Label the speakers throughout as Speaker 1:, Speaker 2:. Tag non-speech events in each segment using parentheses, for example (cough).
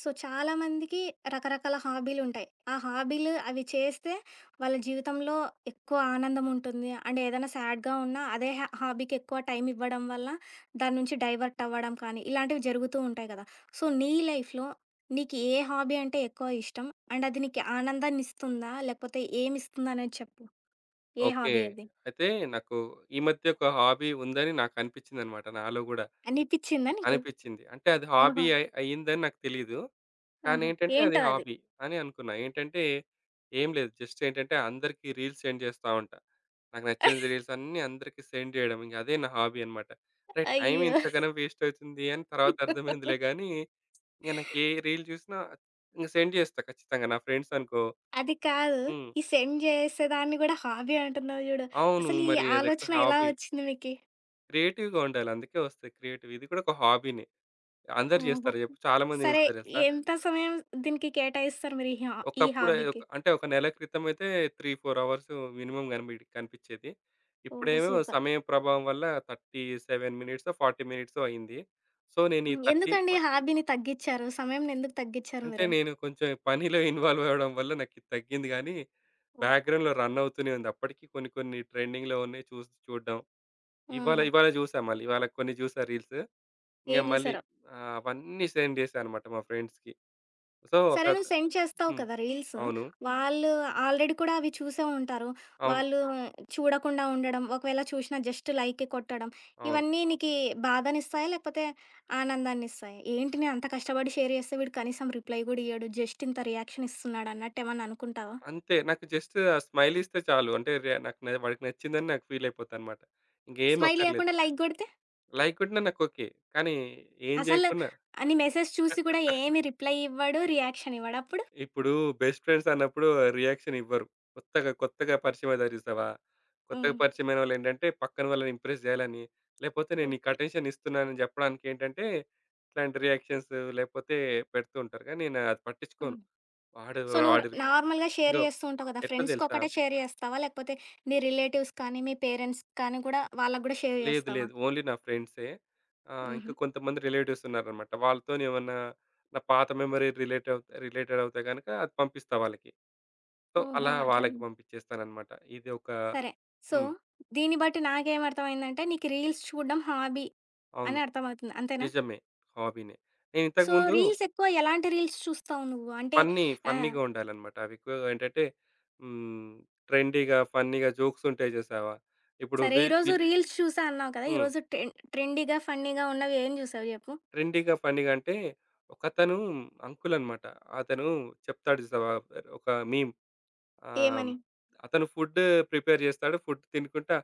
Speaker 1: So, చాలామందికి రకరకాల హాబీలుంటాయి. ఆ హాబీలు అవి చేస్తే వాళ్ళ జీవితంలో ఎక్కువ ఆనందముంటుంది. అండ్ ఏదైనా సాడ్‌గా ఉన్నా అదే హాబీకి ఎక్కువ టైం ఇవ్వడం వల్ల దాని నుంచి డైవర్ట్ అవ్వడం కానీ, ఇలాంటివి జరుగుతూ ఉంటాయి కదా! సో, నీ లైఫ్‌లో నీకు ఏ హాబీ అంటే ఎక్కువ ఇష్టం? అండ్ అది నీకు ఆనందాన్నిస్తుందా? లేకపోతే ఏమిస్తుందనేది చెప్పు. ఏ
Speaker 2: ఓకే.
Speaker 1: హాబీ అది?
Speaker 2: అయితే నాకు ఈ మధ్య ఒక హాబీ ఉందని నాకనిపిచ్చిందనమాట నాలో గూడా.
Speaker 1: అనిపిచ్చిందా నీకు?
Speaker 2: అనిపిచ్చింది. అంటే అది హాబీ
Speaker 1: ఆహా!
Speaker 2: అయిందని నాకు తెలీదు.
Speaker 1: ఆహా!
Speaker 2: కానేంటంటే అది
Speaker 1: ఏంటో అది?
Speaker 2: హాబీ అని అనుకున్నా. ఏంటంటే ఏం లేదు, జస్ట్ ఏంటంటే అందరికీ రీల్స్ సెండ్ జేస్తా ఉంటా. నాకు నచ్చిన
Speaker 1: (laughs)
Speaker 2: రీల్స్ అన్నీ అందరికీ సెండ్ జేయడం. ఇంగ అదే నా హాబీ అనమాట. అరే! టైం
Speaker 1: అయ్యో!
Speaker 2: ఇంతగనం వేస్ట్ అవుతుంది అని తర్వాత అర్థమైందిలే గానీ, ఇంగ నాకు ఏ రీల్ జూసినా ఇంగ సెండ్ జేస్తా ఖచ్చితంగా. నా ఫ్రెండ్స్ అనుకో.
Speaker 1: అది కాదు.
Speaker 2: హ్మ్.
Speaker 1: ఈ సెండ్ జేసేదాన్ని గూడా హాబీ అంటున్నావు జూడు.
Speaker 2: అవును.
Speaker 1: అసలు ఈ
Speaker 2: మరి అదొక
Speaker 1: ఆలోచన ఎలా
Speaker 2: హాబీ.
Speaker 1: వచ్చింది మీకి?
Speaker 2: క్రియేటివ్‌గా ఉండాలి. అందుకే వస్తాయి క్రియేటివ్. ఇది కూడా ఒక హాబీనే. అందరు
Speaker 1: ఓహో!
Speaker 2: చేస్తారు చెప్పు. చాలామంది ఏం
Speaker 1: సరే,
Speaker 2: చేస్తారు తెలుసా?
Speaker 1: ఎంత సమయం దీనికి కేటాయిస్తారు మీరు ఈ ఈ
Speaker 2: ఒకప్పుడు ఒక
Speaker 1: హాబీకి?
Speaker 2: అంటే ఒక నెల క్రితం అయితే 3, 4 అవర్స్ మినిమమ్ కనిపిచ్చేది.
Speaker 1: ఓహో!
Speaker 2: ఇప్పుడేమో
Speaker 1: సూపర్.
Speaker 2: సమయం ప్రభావం వల్ల 37 మినిట్సో, 40 మినిట్సో అయింది. సో, నేను ఈ
Speaker 1: హ్మ్.
Speaker 2: 30
Speaker 1: ఎందుకండి ఈ హాబీని తగ్గిచ్చారు? సమయంని ఎందుకు తగ్గిచ్చారు
Speaker 2: అంటే
Speaker 1: మీరు?
Speaker 2: నేను కొంచెం పనిలో ఇన్వాల్వ్ అవ్వడం వల్ల నాకిది తగ్గింది గానీ,
Speaker 1: ఓహ్!
Speaker 2: బ్యాక్‌గ్రౌండ్‌లో రన్ అవుతూనే ఉంది. అప్పటికి కొన్ని కొన్ని ట్రెండింగ్‌లో ఉన్నాయి చూసి చూడడం. ఇవాళ
Speaker 1: ఆహా!
Speaker 2: ఇవాళ చూసా మళ్ళీ. ఇవాళ కొన్ని చూసా రీల్స్. ఇంక
Speaker 1: ఏం
Speaker 2: మళ్ళీ
Speaker 1: జూసారో?
Speaker 2: అవన్నీ సెండ్ చేశానన్నమాట మా ఫ్రెండ్స్‌కి. సో, ఒక.
Speaker 1: సరే, నువ్వు సెండ్ చేస్తావు
Speaker 2: హ్మ్.
Speaker 1: కదా రీల్స్.
Speaker 2: అవును.
Speaker 1: వాళ్ళు ఆల్రెడీ కూడా అవి చూసే ఉంటారు.
Speaker 2: అవును.
Speaker 1: వాళ్ళు చూడకుండా ఉండడం, ఒకవేళ చూషినా జస్ట్ లైకే కొట్టడం,
Speaker 2: అవును.
Speaker 1: ఇవన్నీ నీకి బాధనిస్తాయా? లేకపోతే ఆనందాన్నిస్తాయా? ఏంటి నేను అంత కష్టపడి షేర్ చేస్తే వీడు కనీసం రిప్లై గూడా ఇయ్యడు. జస్ట్ ఇంత రియాక్షన్ ఇస్తున్నాడు అన్నట్టేమన్నా అనుకుంటావా?
Speaker 2: అంతే. నాకు జస్ట్ ఆ స్మైల్ ఇస్తే చాలు. అంటే రే నాకు న వాడికి నచ్చిందని నాకు ఫీల్ అయిపోతానన్నమాట. ఇంకేం
Speaker 1: స్మైల్
Speaker 2: అక్కర్లేదు.
Speaker 1: ఇయ్యకుండా లైక్ గొడితే?
Speaker 2: లైక్ కొట్టినా నాకు ఓకే. కానీ ఏం
Speaker 1: అసలు
Speaker 2: చేయకున్నా.
Speaker 1: నీ మెసేజ్ చూసి కూడా ఏమి రిప్లై ఇవ్వడు, రియాక్షన్ ఇవ్వడు. అప్పుడు?
Speaker 2: ఇప్పుడు బెస్ట్ ఫ్రెండ్స్ అన్నప్పుడు రియాక్షన్ ఇవ్వరు. కొత్తగా, కొత్తగా పరిచయం అయ్యారు చూసావా? కొత్తగా
Speaker 1: హ్మ్.
Speaker 2: పరిచయమైన వాళ్ళేంటంటే, పక్కన వాళ్ళని ఇంప్రెస్ జేయాలని, లేపోతే నేను నీకు
Speaker 1: ఓకే.
Speaker 2: అటెన్షన్ ఇస్తున్నానని జెప్పడానికేంటంటే, ఇట్లాంటి రియాక్షన్స్ లేపోతే పెడుతూ ఉంటారు. కానీ నేను అది
Speaker 1: హ్మ్.
Speaker 2: పట్టించుకోను. వాడు
Speaker 1: సో, నువ్వు
Speaker 2: వాడు
Speaker 1: నార్మల్‌గా షేర్
Speaker 2: ఇంగో
Speaker 1: చేస్తూ ఉంటావు కదా!
Speaker 2: ఎట్లా తెలుసా?
Speaker 1: ఫ్రెండ్స్‌కొక్కటే షేర్ చేస్తావా? లేకపోతే మీ రిలేటివ్స్ కానీ, మీ పేరెంట్స్ కానీ కూడా వాళ్ళకి గూడా షేర్
Speaker 2: లేదు,
Speaker 1: చేస్తావా?
Speaker 2: లేదు. ఓన్లీ నా ఫ్రెండ్సే.
Speaker 1: హుహు.
Speaker 2: ఇంకా కొంతమంది రిలేటివ్స్ ఉన్నారనమాట. వాళ్ళతోని ఏమన్నా నా పాత మెమరీ రిలేట్ అవు రిలేటెడ్ అవుతే గనక అది పంపిస్తా వాళ్ళకి. సో,
Speaker 1: ఓహో!
Speaker 2: అలా
Speaker 1: అట్లనా!
Speaker 2: వాళ్ళకి పంపించేస్తాననమాట. ఇది ఒక.
Speaker 1: సరే. సో,
Speaker 2: హ్మ్.
Speaker 1: దీన్ని బట్టి నాకేమర్థమైందంటే నీకు రీల్స్ చూడడం హాబీ
Speaker 2: అవును.
Speaker 1: అని అర్థమవుతుంది. అంతేనా?
Speaker 2: నిజమే. హాబీనే. నేను
Speaker 1: సో,
Speaker 2: ఇంతకుముందు
Speaker 1: రీల్స్ ఎక్కువ ఎలాంటి రీల్స్ చూస్తావు నువ్వు? అంటే
Speaker 2: ఫన్నీ,
Speaker 1: ఆహ్,
Speaker 2: ఫన్నీగా ఉండాలన్నమాట. అవి ఎక్కువగా ఏంటంటే. హ్మ్. ట్రెండీగా, ఫన్నీగా జోక్స్ ఉంటాయి చూసావా? ఇప్పుడు
Speaker 1: సరే
Speaker 2: వి
Speaker 1: ఈరోజు
Speaker 2: విల్
Speaker 1: రీల్స్ చూసా అన్నావు కదా!
Speaker 2: హ్మ్.
Speaker 1: ఈరోజు ట్రెండీగా, ఫన్నీగా ఉన్నవి ఏం చూసావు చెప్పు?
Speaker 2: ట్రెండీగా, ఫన్నీగా అంటే ఒకతను అంకుల్ అన్నమాట. అతను చెప్తాడు చూసావా? ఒక మీమ్. ఆహ్,
Speaker 1: ఏమని?
Speaker 2: అతను ఫుడ్ ప్రిపేర్ చేస్తాడు. ఫుడ్ తినుకుంటా,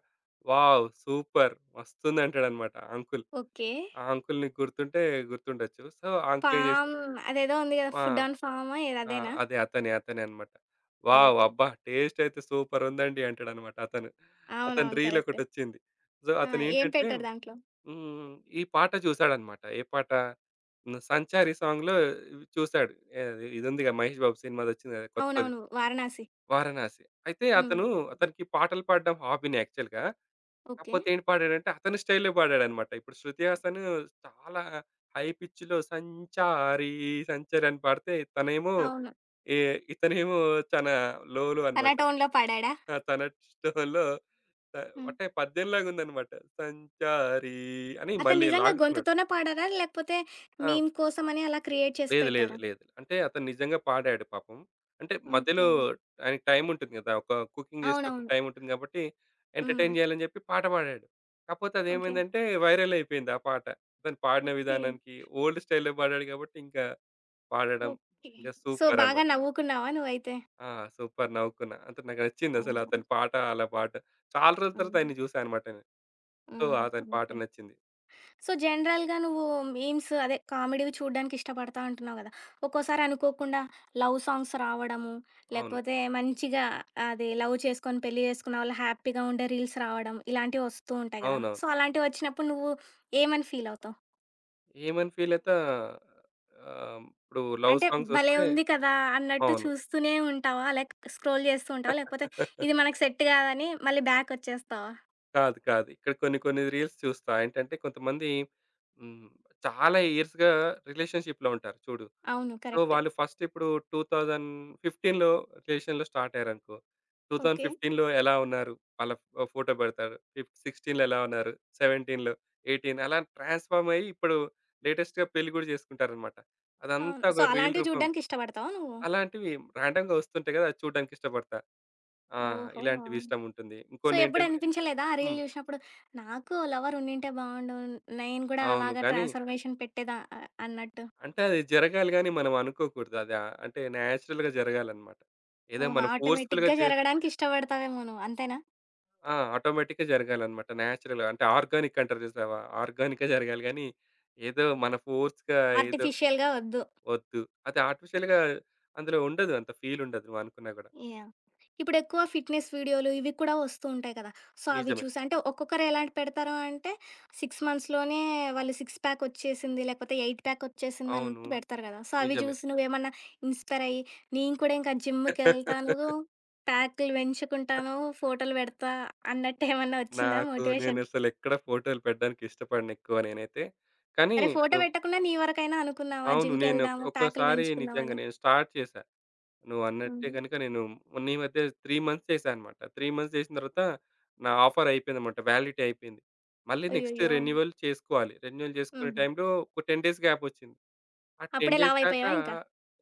Speaker 2: "వావ్! సూపర్ మస్తుంది" అంటాడన్నమాట ఆ అంకుల్.
Speaker 1: ఓకే.
Speaker 2: ఆ అంకుల్‌ని గుర్తుంటే గుర్తుండొచ్చు. సో, ఆ అంకుల్ ఏం చేస్తాడు.
Speaker 1: ఫామ్ అదేదో ఉంది కదా! ఫుడ్
Speaker 2: ఆ!
Speaker 1: ఆన్ ఫామా ఏది
Speaker 2: ఆ!
Speaker 1: అదేనా?
Speaker 2: అదే అతనే. అతనే అన్నమాట. వావ్!
Speaker 1: ఓకే.
Speaker 2: అబ్బా! టేస్ట్ అయితే సూపర్ ఉందండి అంటాడన్నమాట అతను. అతని
Speaker 1: అవునవును.
Speaker 2: Reel
Speaker 1: correct.
Speaker 2: ఒకటొచ్చింది. సో,
Speaker 1: ఆ! ఏం
Speaker 2: అతనేంటంటే.
Speaker 1: పెట్టారు దాంట్లో?
Speaker 2: హ్మ్. ఈ పాట చూసాడన్నమాట. ఏ పాట? హ్మ్. 'సంచారి' సాంగ్‌లో చూసాడు. ఏది ఇదుందిగా 'మహేష్ బాబు' సినిమాది వచ్చింది కదా! కొత్తది
Speaker 1: అవునవును. 'వారణాసి.'
Speaker 2: 'వారణాసి.' అయితే
Speaker 1: హ్మ్.
Speaker 2: అతను
Speaker 1: హ్మ్.
Speaker 2: అతనికి పాటలు పాడడం హాబీనే యాక్చువల్‌గా.
Speaker 1: ఓకే.
Speaker 2: కాకపోతే ఏం పాడాడంటే అతని స్టైల్‌లో పాడాడన్నమాట. ఇప్పుడు 'శృతి హాసన్' చాలా హై పిచ్‌లో 'సంచారి సంచారి' అని పాడితే తనేమో
Speaker 1: అవును.
Speaker 2: ఏ ఇతనేమో చాలా లోలో అన్నమాట.
Speaker 1: 'కళాటౌన్‌లో' పాడాడా?
Speaker 2: ఆ! తన టోన్‌లో త
Speaker 1: హ్మ్.
Speaker 2: అంటే పద్యం లాగా ఉందన్నమాట. సంచారి అని
Speaker 1: అతను
Speaker 2: మళ్ళీ
Speaker 1: నిజంగా
Speaker 2: లాగుతున్నాడు.
Speaker 1: గొంతుతోనే పాడారా? లేకపోతే
Speaker 2: ఆ!
Speaker 1: మీమ్ కోసమని అలా క్రియేట్ చేసి
Speaker 2: లేదు, లేదు,
Speaker 1: పెట్టారా?
Speaker 2: లేదు. అంటే అతను నిజంగా పాడాడు పాపం. అంటే మధ్యలో
Speaker 1: ఓకే.
Speaker 2: ఆయనకి టైమ్ ఉంటుంది గదా! ఒక కుకింగ్ చేసేటప్పుడు
Speaker 1: అవునవును.
Speaker 2: టైమ్ ఉంటుంది కాబట్టి,
Speaker 1: హ్మ్.
Speaker 2: ఎంటర్‌టైన్ చేయాలని చెప్పి పాట పాడాడు. కాపోతే
Speaker 1: ఓకే.
Speaker 2: అదేమైందంటే వైరల్ అయిపోయింది ఆ పాట. అతను పాడిన
Speaker 1: ఓకే.
Speaker 2: విధానానికి ఓల్డ్ స్టైల్‌లో పాడాడు కాబట్టి, ఇంకా పాడడం
Speaker 1: ఓకే.
Speaker 2: ఇంకా
Speaker 1: సో, బాగా
Speaker 2: సూపరన్నమాట.
Speaker 1: నవ్వుకున్నావా నువ్వైతే?
Speaker 2: ఆ! సూపర్ నవ్వుకున్నా. అంటే నాకు నచ్చింది అసలు
Speaker 1: ఆహా!
Speaker 2: అతని పాట అలా పాట. చాలా రోజుల తర్వాత
Speaker 1: హ్మ్.
Speaker 2: ఆయన్ని చూసా అనమాట నేను. సో,
Speaker 1: హుహు.
Speaker 2: అతని పాట
Speaker 1: ఓకే.
Speaker 2: నచ్చింది.
Speaker 1: సో, జనరల్‌గా నువ్వు మీమ్స్ అదే కామెడీవి చూడడానికి ఇష్టపడతా అంటున్నావు గదా! ఒక్కోసారి అనుకోకుండా లవ్ సాంగ్స్ రావడము,
Speaker 2: అవును.
Speaker 1: లేకపోతే మంచిగా అది లవ్ చేసుకొని పెళ్లి చేసుకున్న వాళ్ళు హ్యాపీగా ఉండే రీల్స్ రావడం ఇలాంటివి వస్తూ ఉంటాయి గదా!
Speaker 2: అవునవును.
Speaker 1: సో, అలాంటివి వచ్చినప్పుడు నువ్వు ఏమని ఫీల్ అవుతావు?
Speaker 2: ఏమని ఫీల్ అయితా ఇప్పుడు లవ్
Speaker 1: అంటే
Speaker 2: సాంగ్స్
Speaker 1: భలే
Speaker 2: వస్తే
Speaker 1: ఉంది కదా! అన్నట్టు
Speaker 2: అవును.
Speaker 1: చూస్తూనే ఉంటావా? లైక్ స్క్రోల్ చేస్తూ ఉంటావా? లేకపోతే ఇది
Speaker 2: (laughs)
Speaker 1: మనకు సెట్ కాదని మళ్ళీ బ్యాక్ వచ్చేస్తావా?
Speaker 2: కాదు. కాదు. ఇక్కడ కొన్ని కొన్ని రీల్స్ చూస్తా. ఏంటంటే కొంతమంది. హ్మ్. చాలా ఇయర్స్‌గా రిలేషన్‌షిప్‌లో ఉంటారు చూడు.
Speaker 1: అవును.
Speaker 2: So,
Speaker 1: correct.
Speaker 2: వాళ్ళు ఫస్ట్ ఇప్పుడు 2015లో రిలేషన్‌లో స్టార్ట్ అయ్యారనుకో.
Speaker 1: ఓకే.
Speaker 2: 2015లో ఎలా ఉన్నారు? వాళ్ళ ఫోటో పెడతారు. 16లో ఎలా ఉన్నారు? 17లో, 18 అలా ట్రాన్స్‌ఫార్మ్ అయ్యి ఇప్పుడు లేటెస్ట్‌గా పెళ్లి కూడా చేసుకుంటారనమాట.
Speaker 1: అవును.
Speaker 2: అదంతా
Speaker 1: సో,
Speaker 2: ఒక రీల్
Speaker 1: అలాంటివి
Speaker 2: రూపంలో.
Speaker 1: చూడడానికి ఇష్టపడతావా నువ్వు?
Speaker 2: అలాంటివి రాండమ్‌గా వస్తుంటాయి కదా! అది చూడడానికి ఇష్టపడతా. ఆ!
Speaker 1: ఓహో!
Speaker 2: ఇలాంటివి ఇష్టం ఉంటుంది.
Speaker 1: సో,
Speaker 2: ఇంకొన్నేంటంటే.
Speaker 1: ఎప్పుడనిపించలేదా ఆ రీల్
Speaker 2: హ్మ్.
Speaker 1: జూషినప్పుడు, నాకు ఓ లవర్ ఉండింటే బావుండు. నేను గూడా
Speaker 2: అవును.
Speaker 1: అలాగా
Speaker 2: కానీ
Speaker 1: ట్రాన్స్‌ఫర్మేషన్ పెట్టేదా ఆహ్, అన్నట్టు?
Speaker 2: అంటే అది జరగాలి గానీ మనం అనుకోకూడదు. అది అంటే నేచురల్‌గా జరగాలన్నమాట. ఏదో
Speaker 1: ఓహో!
Speaker 2: మనం ఫోర్స్‌ఫుల్‌గా
Speaker 1: ఆటోమేటిక్‌గా
Speaker 2: చే
Speaker 1: జరగడానికి ఇష్టపడతావేమో నువ్వు అంతేనా?
Speaker 2: ఆ! ఆటోమేటిక్‌గా జరగాలన్నమాట. నేచురల్‌గా అంటే ఆర్గానిక్ అంటారు చూసావా? ఆర్గానిక్‌గా జరగాలి గానీ, ఏదో మన ఫోర్స్‌గా ఏదో
Speaker 1: ఆర్టిఫిషియల్‌గా ఒద్దు.
Speaker 2: వద్దు. అది ఆర్టిఫిషియల్‌గా అందులో ఉండదు. అంత ఫీల్ ఉండదు నువ్వు అనుకున్నా గూడా.
Speaker 1: యాహ్! ఇప్పుడెక్కువ ఫిట్‌నెస్ వీడియోలు ఇవి కూడా వస్తూ ఉంటాయి కదా! సో, అవి
Speaker 2: నిజమే.
Speaker 1: చూసి అంటే ఒక్కొక్కరు ఎలాంటి పెడతారు అంటే 6 మంత్స్‌లోనే వాళ్ళు సిక్స్ ప్యాక్ వచ్చేసింది, లేకపోతే ఎయిట్ ప్యాక్ వచ్చేసింది
Speaker 2: అవును.
Speaker 1: అన్నట్టు పెడతారు కదా! సో, అవి
Speaker 2: నిజమే.
Speaker 1: చూసి నువ్వేమన్నా ఇన్‌స్పైర్ అయ్యి నేను కూడా ఇంకా జిమ్‌కెళ్తాను,
Speaker 2: (laughs)
Speaker 1: ప్యాకులు పెంచుకుంటాను, ఫోటోలు పెడతా అన్నట్టు ఏమన్నా వచ్చిందా
Speaker 2: నాకు
Speaker 1: మోటివేషన్?
Speaker 2: నేనసలెక్కడ ఫోటోలు పెట్టడానికి ఇష్టపడను ఎక్కువ నేనైతే. కానీ
Speaker 1: అరే! ఫోటో
Speaker 2: నువ్వు
Speaker 1: పెట్టకుండా నీ వరకైనా అనుకున్నావా
Speaker 2: అవును. నేను
Speaker 1: జిమ్‌కెళ్దాము, ప్యాకులు
Speaker 2: ఒక్కోసారి నిజంగా
Speaker 1: పెంచుకుందామని?
Speaker 2: నేను స్టార్ట్ చేశా. నువ్వన్నట్టే
Speaker 1: హుహు.
Speaker 2: గనుక నేను మొన్న ఈ మధ్య 3 మంత్స్ చేశానన్నమాట. 3 మంత్స్ చేసిన తర్వాత నా ఆఫర్ అయిపోయిందన్నమాట. వ్యాలిడిటీ అయిపోయింది. మళ్ళీ నెక్స్ట్
Speaker 1: అయ్యయ్యో!
Speaker 2: రెన్యువల్ చేసుకోవాలి. రెన్యువల్ చేసుకునే
Speaker 1: హుహు.
Speaker 2: టైంలో ఒక 10 డేస్ గ్యాప్ వచ్చింది. ఆ 10
Speaker 1: అప్పుడే
Speaker 2: డేస్ దాక
Speaker 1: లావైపోయావా ఇంకా?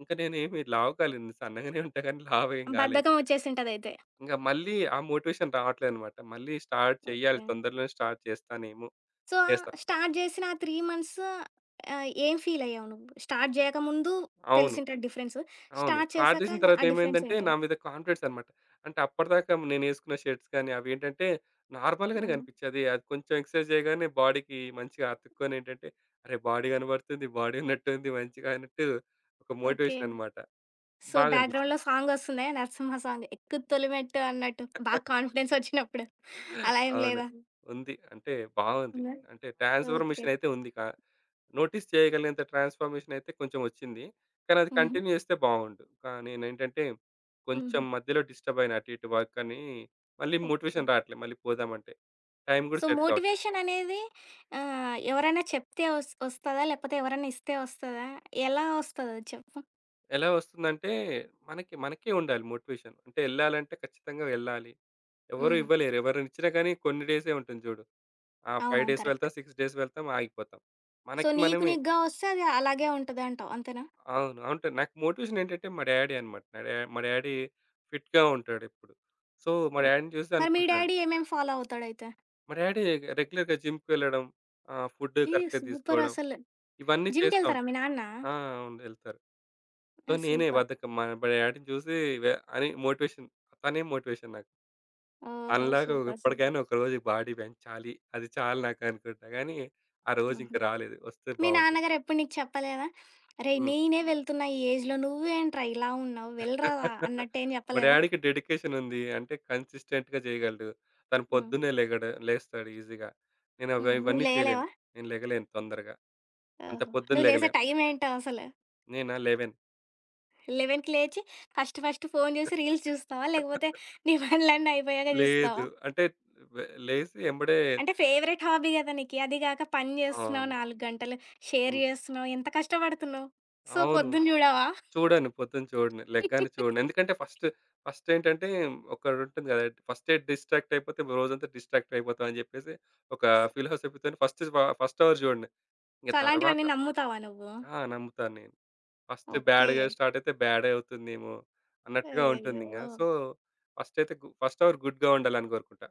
Speaker 2: ఇంకా నేనేమి లావు కాలేదు. సన్నగానే ఉంటా కానీ లావేం కాలేదు.
Speaker 1: బద్ధకం వచ్చేసి ఉంటదయితే.
Speaker 2: ఇంకా మళ్ళీ ఆ మోటివేషన్ రావట్లేదన్నమాట. మళ్ళీ స్టార్ట్ చేయాలి.
Speaker 1: ఓకే.
Speaker 2: తొందరలోనే స్టార్ట్ చేస్తానేమో
Speaker 1: సో,
Speaker 2: చేస్తా.
Speaker 1: స్టార్ట్ జేసిన ఆ 3 మంత్స్ ఆహ్, ఏం ఫీలయ్యావు నువ్వు? స్టార్ట్ జేయకముందు
Speaker 2: అవును.
Speaker 1: తెలిసుంటది డిఫరెన్స్.
Speaker 2: అవును.
Speaker 1: స్టార్ట్
Speaker 2: స్టార్ట్
Speaker 1: చేశాక
Speaker 2: చేసిన తర్వాత
Speaker 1: ఆ డిఫరెన్స్
Speaker 2: ఏమైందంటే,
Speaker 1: ఏంటి?
Speaker 2: నా మీద కాన్ఫిడెన్స్ అన్నమాట. అంటే అప్పటిదాకా నేనేసుకున్న షర్ట్స్ గాని, అవేంటంటే నార్మల్‌గానే
Speaker 1: ఆహా!
Speaker 2: కనిపించేది. అది కొంచెం ఎక్సర్సైజ్ చేయగానే బాడీకి మంచిగా అతుక్కొని ఏంటంటే, అరే! బాడీ కనబడుతుంది, బాడీ ఉన్నట్టుంది మంచిగా అన్నట్టు ఒక
Speaker 1: ఓకే.
Speaker 2: మోటివేషన్ అన్నమాట.
Speaker 1: సో,
Speaker 2: బాగా అనిపించింది.
Speaker 1: బ్యాక్‌గ్రౌండ్‌లో సాంగొస్తుందా? నరసింహ సాంగ్ 'ఎక్కు తొలిమెట్టు' అన్నట్టు బాగా
Speaker 2: (laughs)
Speaker 1: కాన్ఫిడెన్స్ ఒచ్చినప్పుడు. అలా ఏం
Speaker 2: అవును.
Speaker 1: లేదా?
Speaker 2: ఉంది. అంటే బాగుంది.
Speaker 1: ఉందా?
Speaker 2: అంటే
Speaker 1: ఓకే.
Speaker 2: ట్రాన్స్‌ఫర్మేషన్ అయితే ఉంది. నోటీస్ చేయగలిగేంత ట్రాన్స్‌ఫర్మేషన్ అయితే కొంచెం వచ్చింది. కానీ అది
Speaker 1: హుహు.
Speaker 2: కంటిన్యూ చేస్తే బాగుండు. కానీ నేనేంటంటే కొంచెం
Speaker 1: హుహు.
Speaker 2: మధ్యలో డిస్టర్బ్ అయిన అటు ఇటు వర్క్ అని మళ్ళీ
Speaker 1: ఓకే.
Speaker 2: మోటివేషన్ రావట్లే మళ్ళీ పోదామంటే. టైం కూడా
Speaker 1: సో,
Speaker 2: సెట్ కావట్లే.
Speaker 1: మోటివేషన్ అనేది ఆహ్, ఎవరైనా చెప్తే ఒస్తదా? లేకపోతే ఎవరైనా ఇస్తే ఒస్తదా? ఎలా ఒస్తదది చెప్పు?
Speaker 2: ఎలా వస్తుందంటే మనకి మనకే ఉండాలి మోటివేషన్. అంటే ఎళ్ళాలంటే ఖచ్చితంగా వెళ్ళాలి. ఎవరు
Speaker 1: హుహు.
Speaker 2: ఇవ్వలేరు. ఎవరినిచ్చినా కానీ కొన్ని డేసే ఉంటుంది చూడు. ఆ 5
Speaker 1: అవునవును.
Speaker 2: Days
Speaker 1: correct.
Speaker 2: వెళ్తాం, 6 డేస్ వెళ్తాం ఆగిపోతాం.
Speaker 1: సో,
Speaker 2: మనకి
Speaker 1: నీకు
Speaker 2: మనమే
Speaker 1: నీకుగా వస్తే అది అలాగే ఉంటదంటావు. అంతేనా?
Speaker 2: అవును. అంటే నాకు మోటివేషన్ ఏంటంటే మా డ్యాడీ అన్నమాట. నా డా మా డ్యాడీ ఫిట్‌గా ఉంటాడు ఎప్పుడు. సో, మా
Speaker 1: ఆ!
Speaker 2: డ్యాడీని చూసి
Speaker 1: మరి మీ
Speaker 2: అనుకుంటాను.
Speaker 1: డ్యాడీ ఏమేమి ఫాలో అవుతాడైతే?
Speaker 2: మా డ్యాడీ రెగ్యులర్‌గా జిమ్‌కి వెళ్ళడం, ఫుడ్
Speaker 1: ఏ
Speaker 2: కరెక్ట్‌గా
Speaker 1: సూపర్
Speaker 2: తీసుకోవడం
Speaker 1: అసలు.
Speaker 2: ఇవన్నీ చేస్తా
Speaker 1: జిమ్‌కెళ్తారా
Speaker 2: ఉంటారు.
Speaker 1: మీ నాన్న?
Speaker 2: ఆ! అవును వెళ్తారు. సో,
Speaker 1: ఆ!
Speaker 2: నేనే
Speaker 1: సూపర్.
Speaker 2: బద్ధకం మా మా డ్యాడీని చూసి వె అని మోటివేషన్ తనే మోటివేషన్ నాకు.
Speaker 1: ఓహో!
Speaker 2: తనలాగా
Speaker 1: సూపర్. సూపర్.
Speaker 2: ఎప్పటికైనా ఒకరోజు బాడీ పెంచాలి. అది చాలు నాకు అనుకుంటా గానీ, ఆ రోజు
Speaker 1: హుహు.
Speaker 2: ఇంక రాలేదు. వస్తే
Speaker 1: మీ
Speaker 2: బావుంటుంది.
Speaker 1: నాన్నగారు ఎప్పుడు నీకు చెప్పలేదా? "అరేయ్!
Speaker 2: హ్మ్.
Speaker 1: నేనే వెళ్తున్నా ఈ ఏజ్‌లో నువ్వేంట్రా ఇలా ఉన్నావు వెళ్ళరా" అన్నట్టేం
Speaker 2: మా
Speaker 1: చెప్పలేదా?
Speaker 2: డాడీకి డెడికేషన్ ఉంది. అంటే కన్సిస్టెంట్‌గా చేయగలడు. తను
Speaker 1: హ్మ్.
Speaker 2: పొద్దున్నే లేస్తాడు ఈజీగా. నేను అవి
Speaker 1: హ్మ్. నువ్వు
Speaker 2: ఇవన్నీ చేయలేను.
Speaker 1: లేయలేవా?
Speaker 2: నేను లెగలేను తొందరగా. అంత
Speaker 1: ఓహో!
Speaker 2: పొద్దున
Speaker 1: నువ్వు లేసే
Speaker 2: లెగలేను.
Speaker 1: టైం ఏంటో అసలు?
Speaker 2: నేనా లెవెన్
Speaker 1: 11:00కి లేచి ఫస్ట్ ఫస్ట్ ఫోను చూసి రీల్స్ చూస్తావా? లేకపోతే నీ పనులన్నీ అయిపోయాక
Speaker 2: లేదు.
Speaker 1: చూస్తావా?
Speaker 2: అంటే లేసి ఎంబడే
Speaker 1: అంటే ఫేవరెట్ హాబీ గదా! నీకి. అది గాక పని జేస్తున్నావు
Speaker 2: అవును.
Speaker 1: 4 గంటలు, షేర్
Speaker 2: హ్మ్.
Speaker 1: జేస్తున్నావు, ఎంత కష్టపడుతున్నావు. సో,
Speaker 2: అవును.
Speaker 1: పొద్దున జూడవా?
Speaker 2: చూడను. పొద్దున చూడను. లెగ్గానే చూడను. ఎందుకంటే ఫస్ట్, ఫస్ట్ ఏంటంటే ఒకటుంటుంది కదా! ఫస్టే డిస్ట్రాక్ట్ అయిపోతే రోజంతా డిస్ట్రాక్ట్ అయిపోతాం అని చెప్పేసి ఒక ఫిలాసఫీతోని ఫస్ట్ అవర్ చూడను. ఇంక
Speaker 1: సో,
Speaker 2: తర్వాత.
Speaker 1: అలాంటివన్నీ నమ్ముతావా నువ్వు?
Speaker 2: ఆ! నమ్ముతాను నేను. First
Speaker 1: okay.
Speaker 2: బ్యాడ్‌గా స్టార్ట్ అయితే బ్యాడే అవుతుందేమో అన్నట్టుగా
Speaker 1: అయ్యయ్యో!
Speaker 2: ఉంటుందింక. సో, ఫస్ట్ అయితే ఫస్ట్ అవర్ గుడ్‌గా ఉండాలని కోరుకుంటా.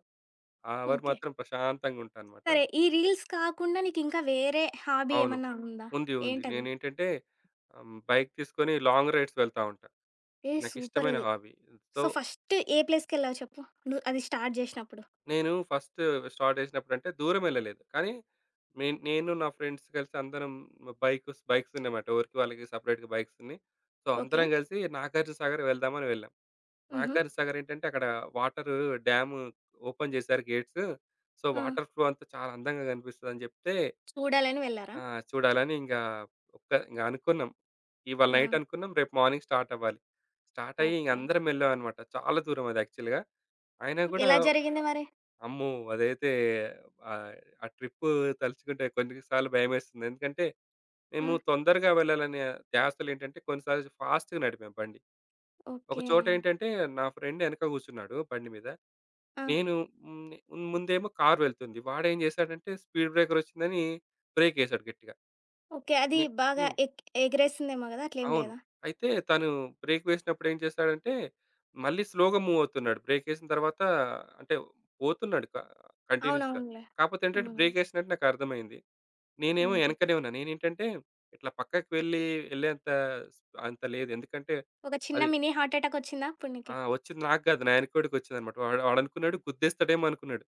Speaker 2: ఆ అవర్
Speaker 1: ఓకే.
Speaker 2: మాత్రం ప్రశాంతంగా ఉంటా అనమాట.
Speaker 1: సరే, ఈ రీల్స్ కాకుండా నీకింకా వేరే హాబీ
Speaker 2: అవును.
Speaker 1: ఏమన్నా ఉందా?
Speaker 2: ఉంది. ఉంది.
Speaker 1: ఏంటది?
Speaker 2: నేనేంటంటే బైక్ తీసుకొని లాంగ్ రైడ్స్ వెళ్తా ఉంటా.
Speaker 1: ఏ సూపర్
Speaker 2: నాకిష్టమైన
Speaker 1: ఇది.
Speaker 2: హాబీ. సో,
Speaker 1: సో, ఫస్ట్ ఏ ప్లేస్‌కెళ్ళావు చెప్పు? నువ్వు అది స్టార్ట్ జేసినప్పుడు.
Speaker 2: నేను ఫస్ట్ స్టార్ట్ చేసినప్పుడంటే దూరం వెళ్ళలేదు. కానీ నేను నేను నా ఫ్రెండ్స్ కలిసి అందరం బైక్స్ బైక్స్ ఉన్నాయన్నమాట. ఎవరికి వాళ్ళకి సెపరేట్‌గా బైక్స్ ఉన్నాయి. So,
Speaker 1: okay.
Speaker 2: అందరం కలిసి నాగార్జునసాగర్ వెళ్దామని వెళ్ళాం.
Speaker 1: హుహు.
Speaker 2: సాగర్ ఏంటంటే అక్కడ వాటరు డ్యామ్ ఓపెన్ చేశారు గేట్స్. సో,
Speaker 1: ఆ!
Speaker 2: వాటర్ ఫ్లో అంతా చాలా అందంగా కనిపిస్తదని చెప్తే
Speaker 1: చూడాలని వెళ్లారా?
Speaker 2: చూడాలని ఇంగ అనుకున్నాం. ఇవాళ
Speaker 1: ఆ!
Speaker 2: నైట్ అనుకున్నాం. రేపు మార్నింగ్ స్టార్ట్ అవ్వాలి. స్టార్ట్ అయ్యి ఇంగ
Speaker 1: ఓకే.
Speaker 2: అందరం వెళ్ళామనమాట. చాలా దూరం అది యాక్చువల్‌గా. అయినా గూడా
Speaker 1: ఎలా జరిగింది మరి?
Speaker 2: అమ్మో! అదైతే ఆహ్, ఆ ట్రిప్పు తలుచుకుంటే కొన్ని సార్లు భయమేస్తుంది. ఎందుకంటే
Speaker 1: ఆ!
Speaker 2: మేము తొందరగా వెళ్ళాలనే ధ్యాసలో ఏంటంటే కొన్నిసార్లు ఫాస్ట్‌గా నడిపాం బండి.
Speaker 1: ఓకే.
Speaker 2: ఒకచోట ఏంటంటే నా ఫ్రెండ్ ఎనక కూర్చున్నాడు బండి మీద.
Speaker 1: ఆ!
Speaker 2: నేను. హ్మ్. హ్మ్. ముందేమో కారు వెళ్తుంది. వాడేం జేశాడంటే స్పీడ్ బ్రేకర్ వచ్చిందని బ్రేకేశాడు గట్టిగా.
Speaker 1: ఓకే. అది
Speaker 2: నే
Speaker 1: బాగా
Speaker 2: హ్మ్.
Speaker 1: ఎగిరేసిందేమో గదా! అట్లేం
Speaker 2: అవును.
Speaker 1: లేదా?
Speaker 2: అయితే తను బ్రేక్ వేసినప్పుడు ఏం చేశాడంటే, మళ్ళీ స్లోగా మూవ్ అవుతున్నాడు. బ్రేకేసిన తర్వాత అంటే పోతున్నాడు క కంటిన్యూయస్‌గా.
Speaker 1: అవునవునులే.
Speaker 2: కాపోతే ఏంటంటే
Speaker 1: హ్మ్.
Speaker 2: బ్రేకేసినట్టు నాకర్థమైంది. నేనేమో
Speaker 1: హుహు.
Speaker 2: ఎనకనే ఉన్నా. నేనేంటంటే ఇట్లా పక్కకి వెళ్ళి ఎళ్ళేంత అంత లేదు. ఎందుకంటే
Speaker 1: ఒక చిన్న
Speaker 2: అది.
Speaker 1: మినీ హార్ట్ అటాక్ ఒచ్చిందా అప్పుడు
Speaker 2: ఆ!
Speaker 1: నీకి?
Speaker 2: వచ్చింది నాకు గాదు. నా ఎనకోడికొచ్చిందన్నమాట. వాడనుకున్నాడు గుద్దేస్తాడేమో అనుకున్నాడు.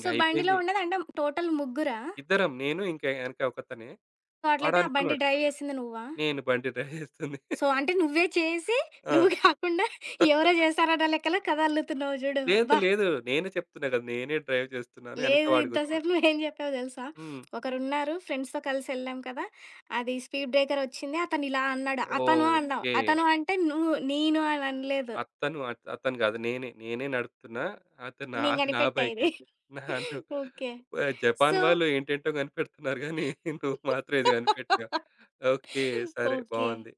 Speaker 1: సో, బండిలో ఉన్నదంటే టోటల్ ముగ్గురా?
Speaker 2: ఇద్దరం. నేను ఇంకా ఎనక ఒకతనే.
Speaker 1: సో, అట్లయితే ఆ బండి
Speaker 2: వాడనుకున్నాడు
Speaker 1: డ్రైవ్ చేసింది నువ్వా?
Speaker 2: నేను బండి డ్రైవ్ చేస్తుంది.
Speaker 1: సో, అంటే నువ్వే చేసి
Speaker 2: ఆ!
Speaker 1: నువ్వు కాకుండా ఎవరో చేశారన్న లెక్కలో కథ అల్లుతున్నావు జూడు.
Speaker 2: లేదు,
Speaker 1: అబ్బా!
Speaker 2: లేదు. నేనే చెప్తున్నా కదా! నేనే డ్రైవ్ చేస్తున్నాను. ఎనక
Speaker 1: లేదు,
Speaker 2: వాడు
Speaker 1: ఇంతసేపు
Speaker 2: కూర్చున్నాడు.
Speaker 1: నువ్వేం జెప్పావో దెలుసా?
Speaker 2: హ్మ్.
Speaker 1: ఒకరున్నారు ఫ్రెండ్స్‌తో కలిసెళ్ళాం కదా! అది స్పీడ్ బ్రేకర్ ఒచ్చింది. అతనిలా అన్నాడు. అతను అన్నావు.
Speaker 2: ఓకే.
Speaker 1: అతను అంటే నువ్వు నేను అని అనలేదు.
Speaker 2: అతను కాదు. నేనే. నేనే నడుపుతున్నా. అతను నా
Speaker 1: నేను
Speaker 2: అది నా
Speaker 1: కనిపెట్టా
Speaker 2: బైకే.
Speaker 1: ఇది.
Speaker 2: నన్ను
Speaker 1: ఓకే.
Speaker 2: జపాన్
Speaker 1: సో,
Speaker 2: వాళ్ళు ఏంటేంటో కనిపెడుతున్నారు గానీ (laughs) నువ్వు మాత్రం ఇది కనిపెట్టావు. ఓకే. సరే
Speaker 1: ఓకే.
Speaker 2: బావుంది.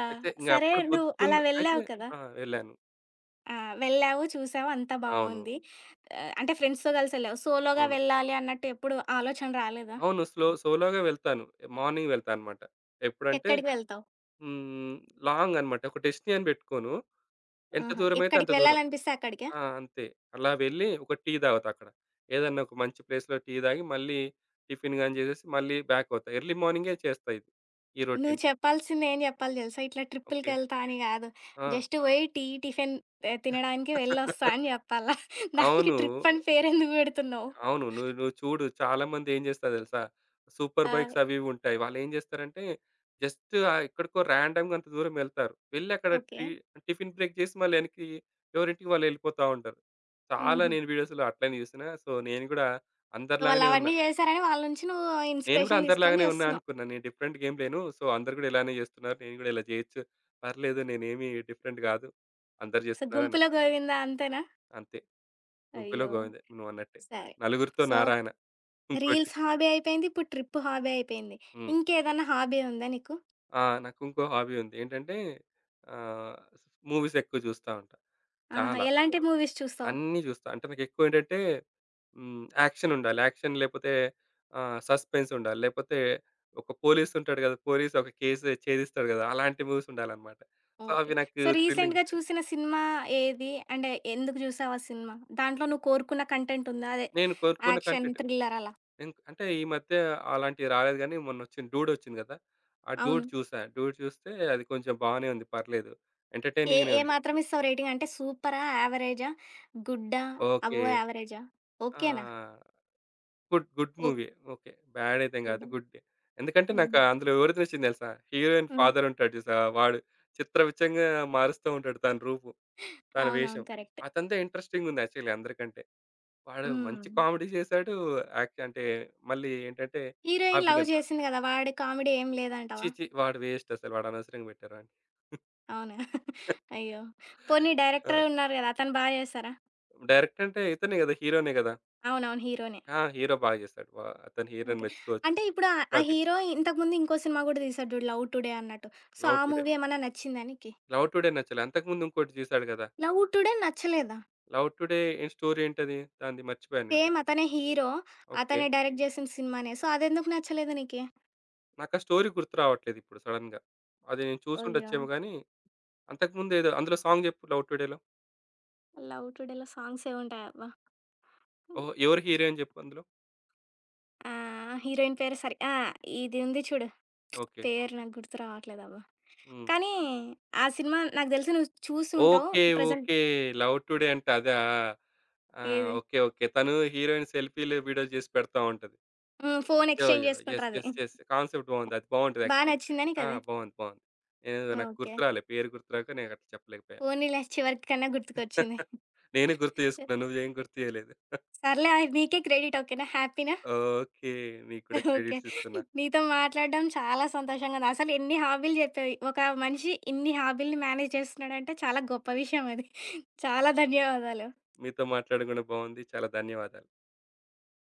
Speaker 1: ఆ!
Speaker 2: అయితే
Speaker 1: సరే,
Speaker 2: ఇంగప్పుడు
Speaker 1: నువ్వు అలా
Speaker 2: గుర్తుకుంది. అయితే.
Speaker 1: వెళ్ళావు కదా!
Speaker 2: ఆ! వెళ్ళాను.
Speaker 1: ఆ! వెళ్ళావు, చూసావు అంతా
Speaker 2: అవును.
Speaker 1: బావుంది. ఆహ్, అంటే ఫ్రెండ్స్‌తో కలిసి వెళ్ళావు. సోలోగా
Speaker 2: అవును.
Speaker 1: వెళ్ళాలి అన్నట్టు ఎప్పుడు ఆలోచన రాలేదా?
Speaker 2: అవును. సోలోగా వెళ్తాను. మార్నింగ్ వెళ్తానన్నమాట. ఎప్పుడంటే.
Speaker 1: ఎక్కడికి వెళ్తావు?
Speaker 2: హ్మ్. లాంగ్ అన్నమాట. ఒక డెస్టినీ అని పెట్టుకోను. ఎంత
Speaker 1: ఆహా!
Speaker 2: దూరమైతే అంత
Speaker 1: ఎక్కడికి
Speaker 2: దూరం.
Speaker 1: వెళ్ళాలనిపిస్తే అక్కడికా?
Speaker 2: ఆ! అంతే. అలా వెళ్ళి ఒక టీ తాగుతా అక్కడ. ఏదన్నా ఒక మంచి ప్లేస్‌లో టీ తాగి మళ్ళీ టిఫిన్ గాని చేసేసి మళ్ళీ బ్యాక్ అవుతా. ఎర్లీ మార్నింగే చేస్తా ఇది. ఈ
Speaker 1: నువ్వు
Speaker 2: రొటీన్.
Speaker 1: చెప్పాల్సింది ఏం చెప్పాలి తెలుసా? ఇట్లా
Speaker 2: ఓకే.
Speaker 1: ట్రిప్పులకెళ్తా అని కాదు. జస్ట్ పోయి టీ, టిఫిన్ ఆహ్, తినడానికి వెళ్ళొస్తా అని
Speaker 2: (laughs) ఆ!
Speaker 1: చెప్పాలా? దానికి
Speaker 2: అవును.
Speaker 1: ట్రిప్ అని పేరెందుకు పెడుతున్నావు?
Speaker 2: అవును. నువ్వు నువ్వు చూడు చాలామంది ఏం చేస్తారో తెలుసా? సూపర్
Speaker 1: ఆ!
Speaker 2: బైక్స్ అవి ఇవి ఉంటాయి. వాళ్ళేం చేస్తారంటే జస్ట్ ఎక్కడికో ర్యాండమ్‌గా అంత దూరం వెళ్తారు. వెళ్లి అక్కడ
Speaker 1: ఓకే.
Speaker 2: టిఫిన్ బ్రేక్ చేసి మళ్ళీ వెనక్కి ఎవరింటికి వాళ్ళు వెళ్ళిపోతా ఉంటారు. చాలా
Speaker 1: హుహు.
Speaker 2: నేను వీడియోస్‌లో అట్లనే చూసిన. సో, నేను కూడా అందరిలాగానే ఉన్నా.
Speaker 1: వాళ్ళవన్నీ జేశారని వాళ్ళ నుంచి నువ్వు
Speaker 2: నేను కూడా
Speaker 1: ఇన్‌స్పిరేషన్ తీసుకొని
Speaker 2: అందరిలాగానే ఉన్నా
Speaker 1: జేస్తున్నావు.
Speaker 2: అనుకున్నా. నేను డిఫరెంట్‌గా ఏం లేను. సో, అందరూ కూడా ఇలానే చేస్తున్నారు. నేను కూడా ఇలా చేయొచ్చు. పర్లేదు నేనేమి డిఫరెంట్ కాదు. అందరూ
Speaker 1: సో,
Speaker 2: చేస్తున్నారని.
Speaker 1: గుంపులో గోవిందా అంతేనా?
Speaker 2: అంతే. గుంపులో
Speaker 1: అయ్యో!
Speaker 2: గోవిందే నువ్వన్నట్టే.
Speaker 1: సరే.
Speaker 2: నలుగురితో
Speaker 1: సో,
Speaker 2: నారాయణ ఇంకోటి.
Speaker 1: రీల్స్ హాబీ అయిపోయింది. ఇప్పుడు ట్రిప్ హాబీ అయిపోయింది.
Speaker 2: హ్మ్.
Speaker 1: ఇంకేదన్నా హాబీ ఉందా నీకు?
Speaker 2: ఆ! నాకు ఇంకో హాబీ ఉంది. ఏంటంటే ఆహ్, మూవీస్ ఎక్కువ చూస్తా ఉంటా.
Speaker 1: ఆహా!
Speaker 2: చాలా.
Speaker 1: ఎలాంటి మూవీస్ చూస్తావు?
Speaker 2: అన్నీ చూస్తా. అంటే నాకెక్కువ ఏంటంటే. హ్మ్. యాక్షన్ ఉండాలి. యాక్షన్ లేకపోతే సస్పెన్స్ ఉండాలి. లేకపోతే ఒక పోలీస్ ఉంటాడు కదా! పోలీస్ ఒక కేసు ఛేదిస్తాడు కదా! అలాంటి మూవీస్ ఉండాలన్నమాట. So,
Speaker 1: okay.
Speaker 2: అవి నాకు
Speaker 1: సో,
Speaker 2: థ్రిల్లింగ్
Speaker 1: రీసెంట్‌గా
Speaker 2: ఇస్తాయి.
Speaker 1: చూసిన సినిమా ఏది? అంటే ఎందుకు జూసావు ఆ సినిమా? దాంట్లో నువ్వు కోరుకున్న కంటెంట్ ఉందా? అదే
Speaker 2: నేను కోరుకున్న
Speaker 1: యాక్షన్,
Speaker 2: కంటెంట్
Speaker 1: థ్రిల్లర్ అలా?
Speaker 2: నేను అంటే ఈ మధ్య అలాంటివి రాలేదు గానీ మొన్నొచ్చిన 'డూడ్' వచ్చింది కదా! ఆ
Speaker 1: అవును.
Speaker 2: 'డూడ్' చూసా. 'డూడ్' చూస్తే అది కొంచెం బానే ఉంది. పర్లేదు.
Speaker 1: ఏ
Speaker 2: ఎంటర్‌టైనింగ్‌గానే
Speaker 1: ఏ
Speaker 2: ఉంది.
Speaker 1: మాత్రం ఇస్తావు రేటింగ్? అంటే సూపరా? యావరేజా? గుడ్డా?
Speaker 2: ఓకే.
Speaker 1: అబోవ్ యావరేజా? ఓకేనా?
Speaker 2: ఆ! గుడ్ గుడ్ మూవీయే. ఓకే. బ్యాడ్ అయితే కాదు.
Speaker 1: ఓకే.
Speaker 2: గుడ్డే. ఎందుకంటే నాకు
Speaker 1: హ్మ్.
Speaker 2: అందులో ఎవరిది నచ్చింది తెలుసా? హీరోయిన్
Speaker 1: హ్మ్.
Speaker 2: ఫాదర్ ఉంటాడు చూసావా? వాడు చిత్ర విచిత్రంగా మారుస్తూ ఉంటాడు తన రూపు, తన వేషం.
Speaker 1: అవునవును. కరెక్ట్.
Speaker 2: అతనిదే ఇంట్రెస్టింగ్ ఉంది యాక్చువల్లీ అందరికంటే. వాడు
Speaker 1: హ్మ్.
Speaker 2: మంచి కామెడీ చేసాడు. యాక్ట్ అంటే మళ్ళీ ఏంటంటే ఆ
Speaker 1: హీరోయిన్ లవ్
Speaker 2: విలన్
Speaker 1: చేసింది గదా! వాడి కామెడీ ఏం
Speaker 2: ఛీ!
Speaker 1: లేదంటావా?
Speaker 2: ఛీ! వాడు వేస్ట్ అసలు. వాడు అనవసరంగా పెట్టారు వాడిని.
Speaker 1: అవునా? అయ్యో! పోనీ
Speaker 2: ఆ!
Speaker 1: డైరెక్టర్ ఉన్నారు గదా! అతను బా చేసారా?
Speaker 2: డైరెక్ట్ అంటే ఇతనే కదా! హీరోనే కదా!
Speaker 1: అవునవును. హీరోనే.
Speaker 2: ఆ! హీరో బాగా చేసాడు. అతను హీరోని
Speaker 1: ఓకే.
Speaker 2: మెచ్చుకోవచ్చు.
Speaker 1: అంటే ఇప్పుడు ఆహ్, ఆ
Speaker 2: 'ప్రదీప్'
Speaker 1: హీరో ఇంతకుముందు ఇంకో సినిమా గూడా తీసాడు జూడు 'లవ్ టుడే' అన్నట్టు. సో,
Speaker 2: 'లవ్
Speaker 1: ఆ
Speaker 2: టుడే.'
Speaker 1: మూవీ ఏమన్నా నచ్చిందా నీకి?
Speaker 2: 'లవ్ టుడే' నచ్చలే. అంతకుముందు ఇంకోటి చేసాడు కదా!
Speaker 1: 'లవ్ టుడే' నచ్చలేదా?
Speaker 2: 'లవ్ టుడే' ఏ స్టోరీ ఏంటది? దానిది మర్చిపోయాను నేను
Speaker 1: సేమ్
Speaker 2: చెప్పు.
Speaker 1: అతనే హీరో.
Speaker 2: ఓకే.
Speaker 1: అతనే డైరెక్ట్ చేసిన సినిమానే. సో, అదెందుకు నచ్చలేదు నీకి?
Speaker 2: నాకా స్టోరీ గుర్తు రావట్లేదు ఇప్పుడు సడెన్‌గా. అది నేను
Speaker 1: అయ్యో!
Speaker 2: చూసుండొచ్చేమో గానీ, అంతకుముందు ఏదో అందులో సాంగ్ చెప్పు 'లవ్ టుడే'లో.
Speaker 1: 'లవ్ టుడే'లో సాంగ్స్ ఏవుంటాయబ్బా!
Speaker 2: ఓహ్! ఎవరు హీరో అని చెప్పు అందులో?
Speaker 1: ఆ! హీరోయిన్ పేరు సరి ఆ! ఇది ఉంది చూడు.
Speaker 2: ఓకే.
Speaker 1: పేరు నాకు గుర్తు రావట్లేదబ్బా!
Speaker 2: హ్మ్.
Speaker 1: కానీ ఆ సినిమా నాకు తెలిసి నువ్వు చూసి ఉంటావు.
Speaker 2: Okay.
Speaker 1: Present
Speaker 2: okay. 'Love today' అంటే అదా? ఆ!
Speaker 1: ఏది?
Speaker 2: ఓకే. ఓకే. తను హీరోయిన్ సెల్ఫీలు, వీడియోలు చేసి పెడతా ఉంటది.
Speaker 1: హ్మ్. ఫోన్
Speaker 2: యో!
Speaker 1: ఎక్స్‌చేంజ్
Speaker 2: యో! యెస్.
Speaker 1: చేసుకుంటారది.
Speaker 2: యెస్. యెస్. కాన్సెప్ట్ బావుంది. అది బావుంటది
Speaker 1: బా
Speaker 2: యాక్చువల్‌గా.
Speaker 1: నచ్చిందా
Speaker 2: ఆ!
Speaker 1: నీకది?
Speaker 2: బావుంది. బావుంది. నేను నాకు
Speaker 1: ఓకే.
Speaker 2: గుర్తురాలే. పేరు గుర్తురాక నేను అట్లా చెప్పలేకపోయాను.
Speaker 1: పోనీలే చివరికి కన్నా గుర్తుకొచ్చింది.
Speaker 2: (laughs) నేనే గుర్తు
Speaker 1: సర్
Speaker 2: చేసుకున్నా. నువ్వేం గుర్తు చేయలేదు.
Speaker 1: సర్లే అది నీకే క్రెడిట్ ఓకేనా? హ్యాపీనా?
Speaker 2: ఓకే. మీకు కూడా
Speaker 1: ఓకే.
Speaker 2: క్రెడిట్స్ ఇస్తున్నా.
Speaker 1: నీతో మాట్లాడడం చాలా సంతోషంగా ఉంది. అసలు ఎన్ని హాబీలు చెప్పావు. ఒక మనిషి ఇన్ని హాబీలని మేనేజ్ చేస్తున్నాడంటే చాలా గొప్ప విషయం అది. చాలా ధన్యవాదాలు.
Speaker 2: మీతో మాట్లాడడం కూడా బాగుంది. చాలా ధన్యవాదాలు.